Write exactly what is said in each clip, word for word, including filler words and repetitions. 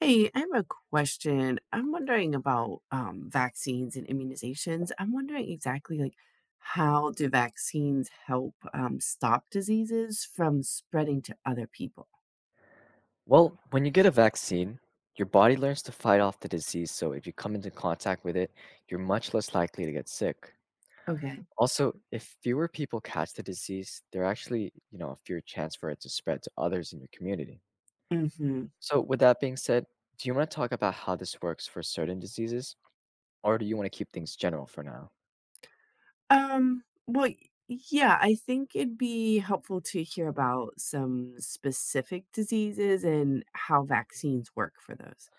Hey, I have a question. I'm wondering about um, vaccines and immunizations. I'm wondering exactly like how do vaccines help um, stop diseases from spreading to other people? Well, when you get a vaccine, your body learns to fight off the disease, so if you come into contact with it, you're much less likely to get sick. Okay. Also, if fewer people catch the disease, there actually, you know, a fewer chance for it to spread to others in your community. Mm-hmm. So, with that being said, do you want to talk about how this works for certain diseases, or do you want to keep things general for now? Um, well, y- Yeah, I think it'd be helpful to hear about some specific diseases and how vaccines work for those.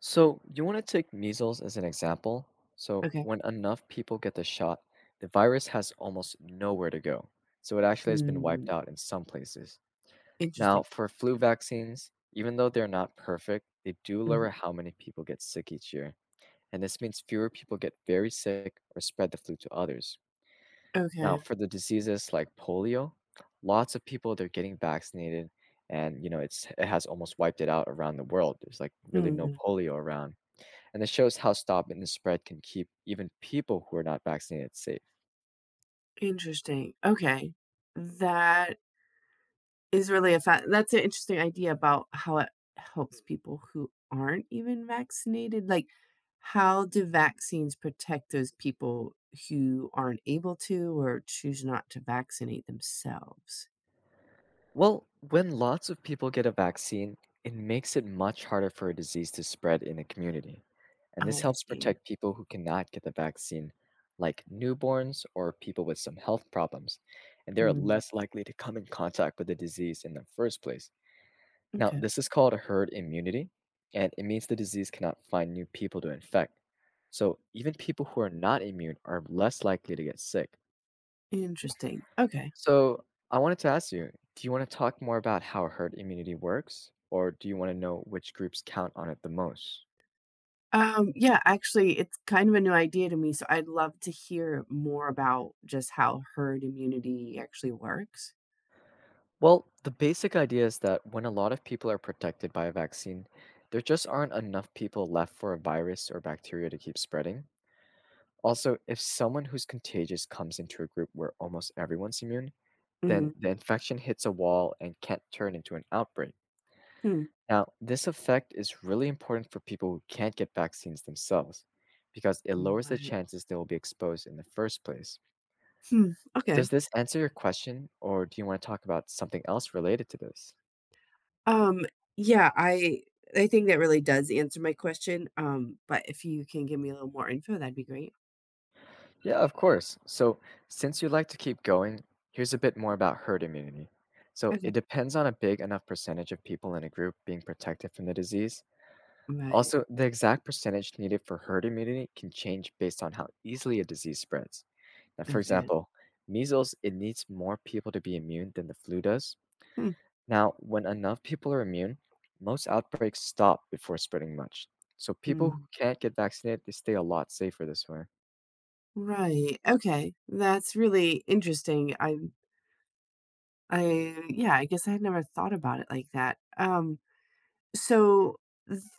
So, you want to take measles as an example. So, Okay. when enough people get the shot, the virus has almost nowhere to go. So, it actually has been wiped Hmm. out in some places. Now, Interesting. for flu vaccines, even though they're not perfect, they do Hmm. lower how many people get sick each year. And this means fewer people get very sick or spread the flu to others. Now, Okay. for the diseases like polio, lots of people they're getting vaccinated and you know it's it has almost wiped it out around the world. There's like really no Hmm. polio around. And it shows how stopping the spread can keep even people who are not vaccinated safe. Interesting. Okay. That Is really a fa That's an interesting idea about how it helps people who aren't even vaccinated, like, how do vaccines protect those people who aren't able to or choose not to vaccinate themselves? Well, when lots of people get a vaccine, it makes it much harder for a disease to spread in a community, and Oh, this I helps see. protect people who cannot get the vaccine, like newborns or people with some health problems, and they are Mm, less likely to come in contact with the disease in the first place. Now, okay, this is called herd immunity, and it means the disease cannot find new people to infect. So, even people who are not immune are less likely to get sick. interesting, okay. So, I wanted to ask you, do you want to talk more about how herd immunity works, or do you want to know which groups count on it the most? Um, yeah, actually, it's kind of a new idea to me, so I'd love to hear more about just how herd immunity actually works. Well, the basic idea is that when a lot of people are protected by a vaccine, there just aren't enough people left for a virus or bacteria to keep spreading. Also, if someone who's contagious comes into a group where almost everyone's immune, then Mhm. the infection hits a wall and can't turn into an outbreak. Hmm. Now, this effect is really important for people who can't get vaccines themselves because it lowers the Right. chances they will be exposed in the first place. Hmm, okay. Does this answer your question, or do you want to talk about something else related to this? Um, yeah, I I think that really does answer my question, um, but if you can give me a little more info, that'd be great. Yeah, of course. So, since you like to keep going, here's a bit more about herd immunity. So, Okay. it depends on a big enough percentage of people in a group being protected from the disease. Right. Also, the exact percentage needed for herd immunity can change based on how easily a disease spreads. Now, for Okay. example, measles, it needs more people to be immune than the flu does. Hmm. Now, when enough people are immune, most outbreaks stop before spreading much. So, people who Hmm. can't get vaccinated, they stay a lot safer this way. Right. Okay. That's really interesting. I I yeah, I guess I had never thought about it like that. Um, so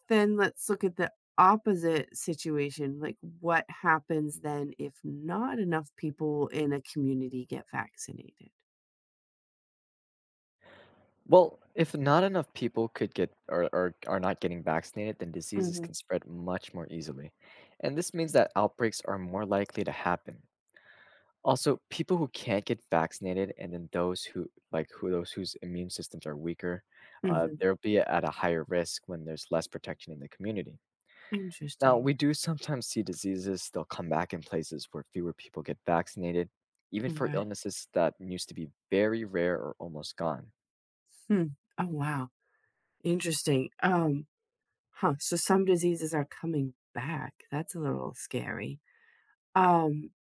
then let's look at the opposite situation. Like what happens then if not enough people in a community get vaccinated? Well, if not enough people could get or, or are not getting vaccinated, then diseases can Mhm. spread much more easily. And this means that outbreaks are more likely to happen. Also, people who can't get vaccinated and then those who like who those whose immune systems are weaker, uh, Mhm. they'll be at a higher risk when there's less protection in the community. Now, Interesting. we do sometimes see diseases they'll come back in places where fewer people get vaccinated, even for Right. illnesses that used to be very rare or almost gone. Hmm. Oh, wow. Interesting. Um, huh. So some diseases are coming back. That's a little scary. Um,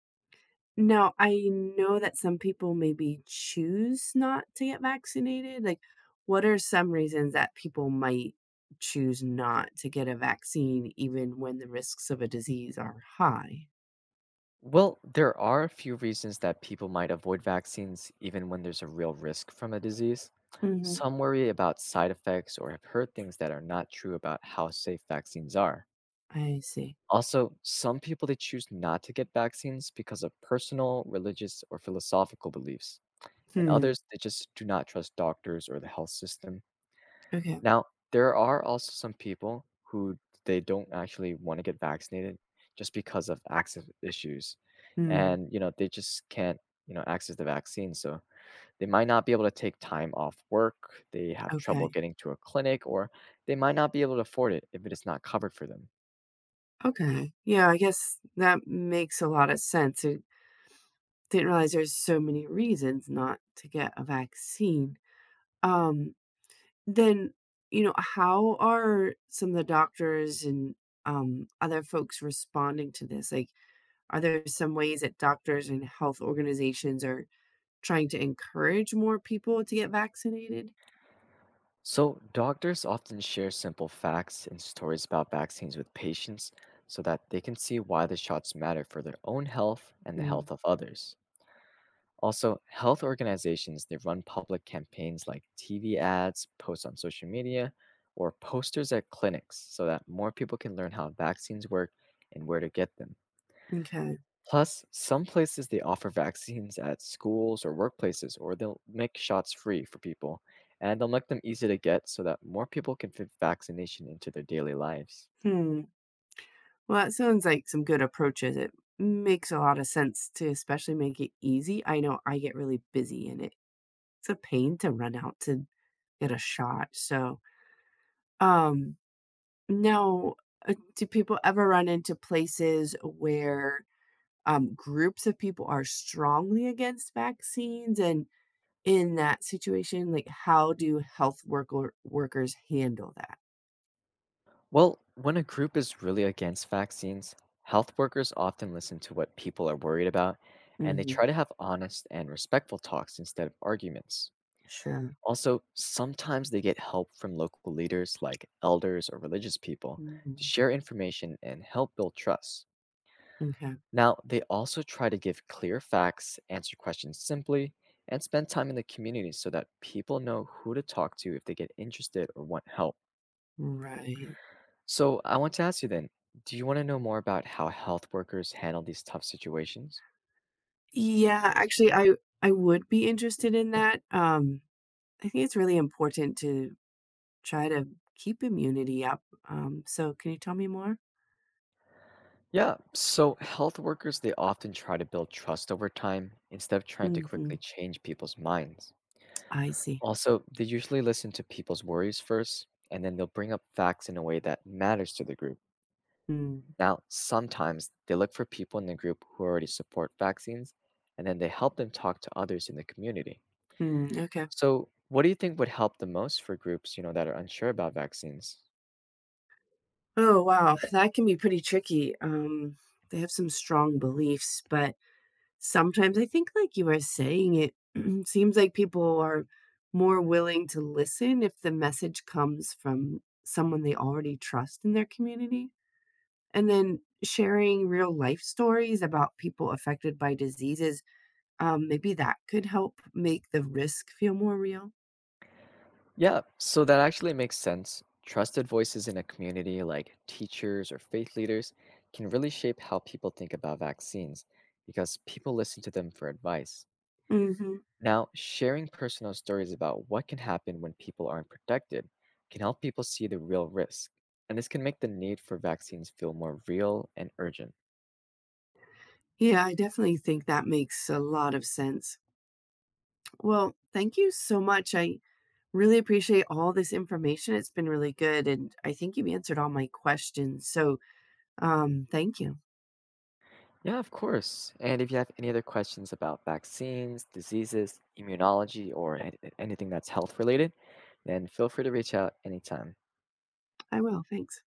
Now I know that some people maybe choose not to get vaccinated. Like, what are some reasons that people might choose not to get a vaccine even when the risks of a disease are high? Well, there are a few reasons that people might avoid vaccines even when there's a real risk from a disease. Mm-hmm. Some worry about side effects or have heard things that are not true about how safe vaccines are. I see. Also, some people they choose not to get vaccines because of personal, religious, or philosophical beliefs, and Hmm. others they just do not trust doctors or the health system Okay. now, there are also some people who they don't actually want to get vaccinated just because of access issues. Hmm. And, you know, they just can't, you know, access the vaccine. So they might not be able to take time off work. They have trouble Okay. getting to a clinic, or they might not be able to afford it if it is not covered for them. Okay. Yeah, I guess that makes a lot of sense. Didn't realize there's so many reasons not to get a vaccine. Um, then, you know, how are some of the doctors and um, other folks responding to this? Like, are there some ways that doctors and health organizations are trying to encourage more people to get vaccinated? So doctors often share simple facts and stories about vaccines with patients so that they can see why the shots matter for their own health and the Hmm. health of others. Also, health organizations, they run public campaigns like T V ads, posts on social media, or posters at clinics so that more people can learn how vaccines work and where to get them. Okay. Plus, some places they offer vaccines at schools or workplaces, or they'll make shots free for people, and they'll make them easy to get so that more people can fit vaccination into their daily lives. Hmm. Well, that sounds like some good approaches. It makes a lot of sense to especially make it easy. I know I get really busy and it's a pain to run out to get a shot. So, um, now, uh, do people ever run into places where um, groups of people are strongly against vaccines? And in that situation, like, how do health worker workers handle that? Well, when a group is really against vaccines, health workers often listen to what people are worried about and they try Hmm. to have honest and respectful talks instead of arguments. Sure. Also, sometimes they get help from local leaders like elders or religious people to Hmm. share information and help build trust. Okay. Now, they also try to give clear facts, answer questions simply, and spend time in the community so that people know who to talk to if they get interested or want help. Right. So I want to ask you then, do you want to know more about how health workers handle these tough situations? Yeah, actually, I I would be interested in that. Um, I think it's really important to try to keep immunity up. Um, so, can you tell me more? Yeah, so health workers, they often try to build trust over time instead of trying to Hmm. quickly change people's minds. I see. Also, they usually listen to people's worries first, and then they'll bring up facts in a way that matters to the group. Mm, Now, sometimes they look for people in the group who already support vaccines, and then they help them talk to others in the community. mm, okay. So, what do you think would help the most for groups, you know, that are unsure about vaccines? Oh, wow, that can be pretty tricky. Um, they have some strong beliefs, but sometimes I think, like you are saying, it seems like people are more willing to listen if the message comes from someone they already trust in their community. And then sharing real life stories about people affected by diseases, um, maybe that could help make the risk feel more real. Yeah, so that actually makes sense. Trusted voices in a community like teachers or faith leaders can really shape how people think about vaccines because people listen to them for advice. Hmm. Now, sharing personal stories about what can happen when people aren't protected can help people see the real risk, and this can make the need for vaccines feel more real and urgent. Yeah, I definitely think that makes a lot of sense. Well, thank you so much. I really appreciate all this information. It's been really good. And I think you answered all my questions. So um, thank you. Yeah, of course. And if you have any other questions about vaccines, diseases, immunology, or an- anything that's health related, then feel free to reach out anytime. I will. Thanks.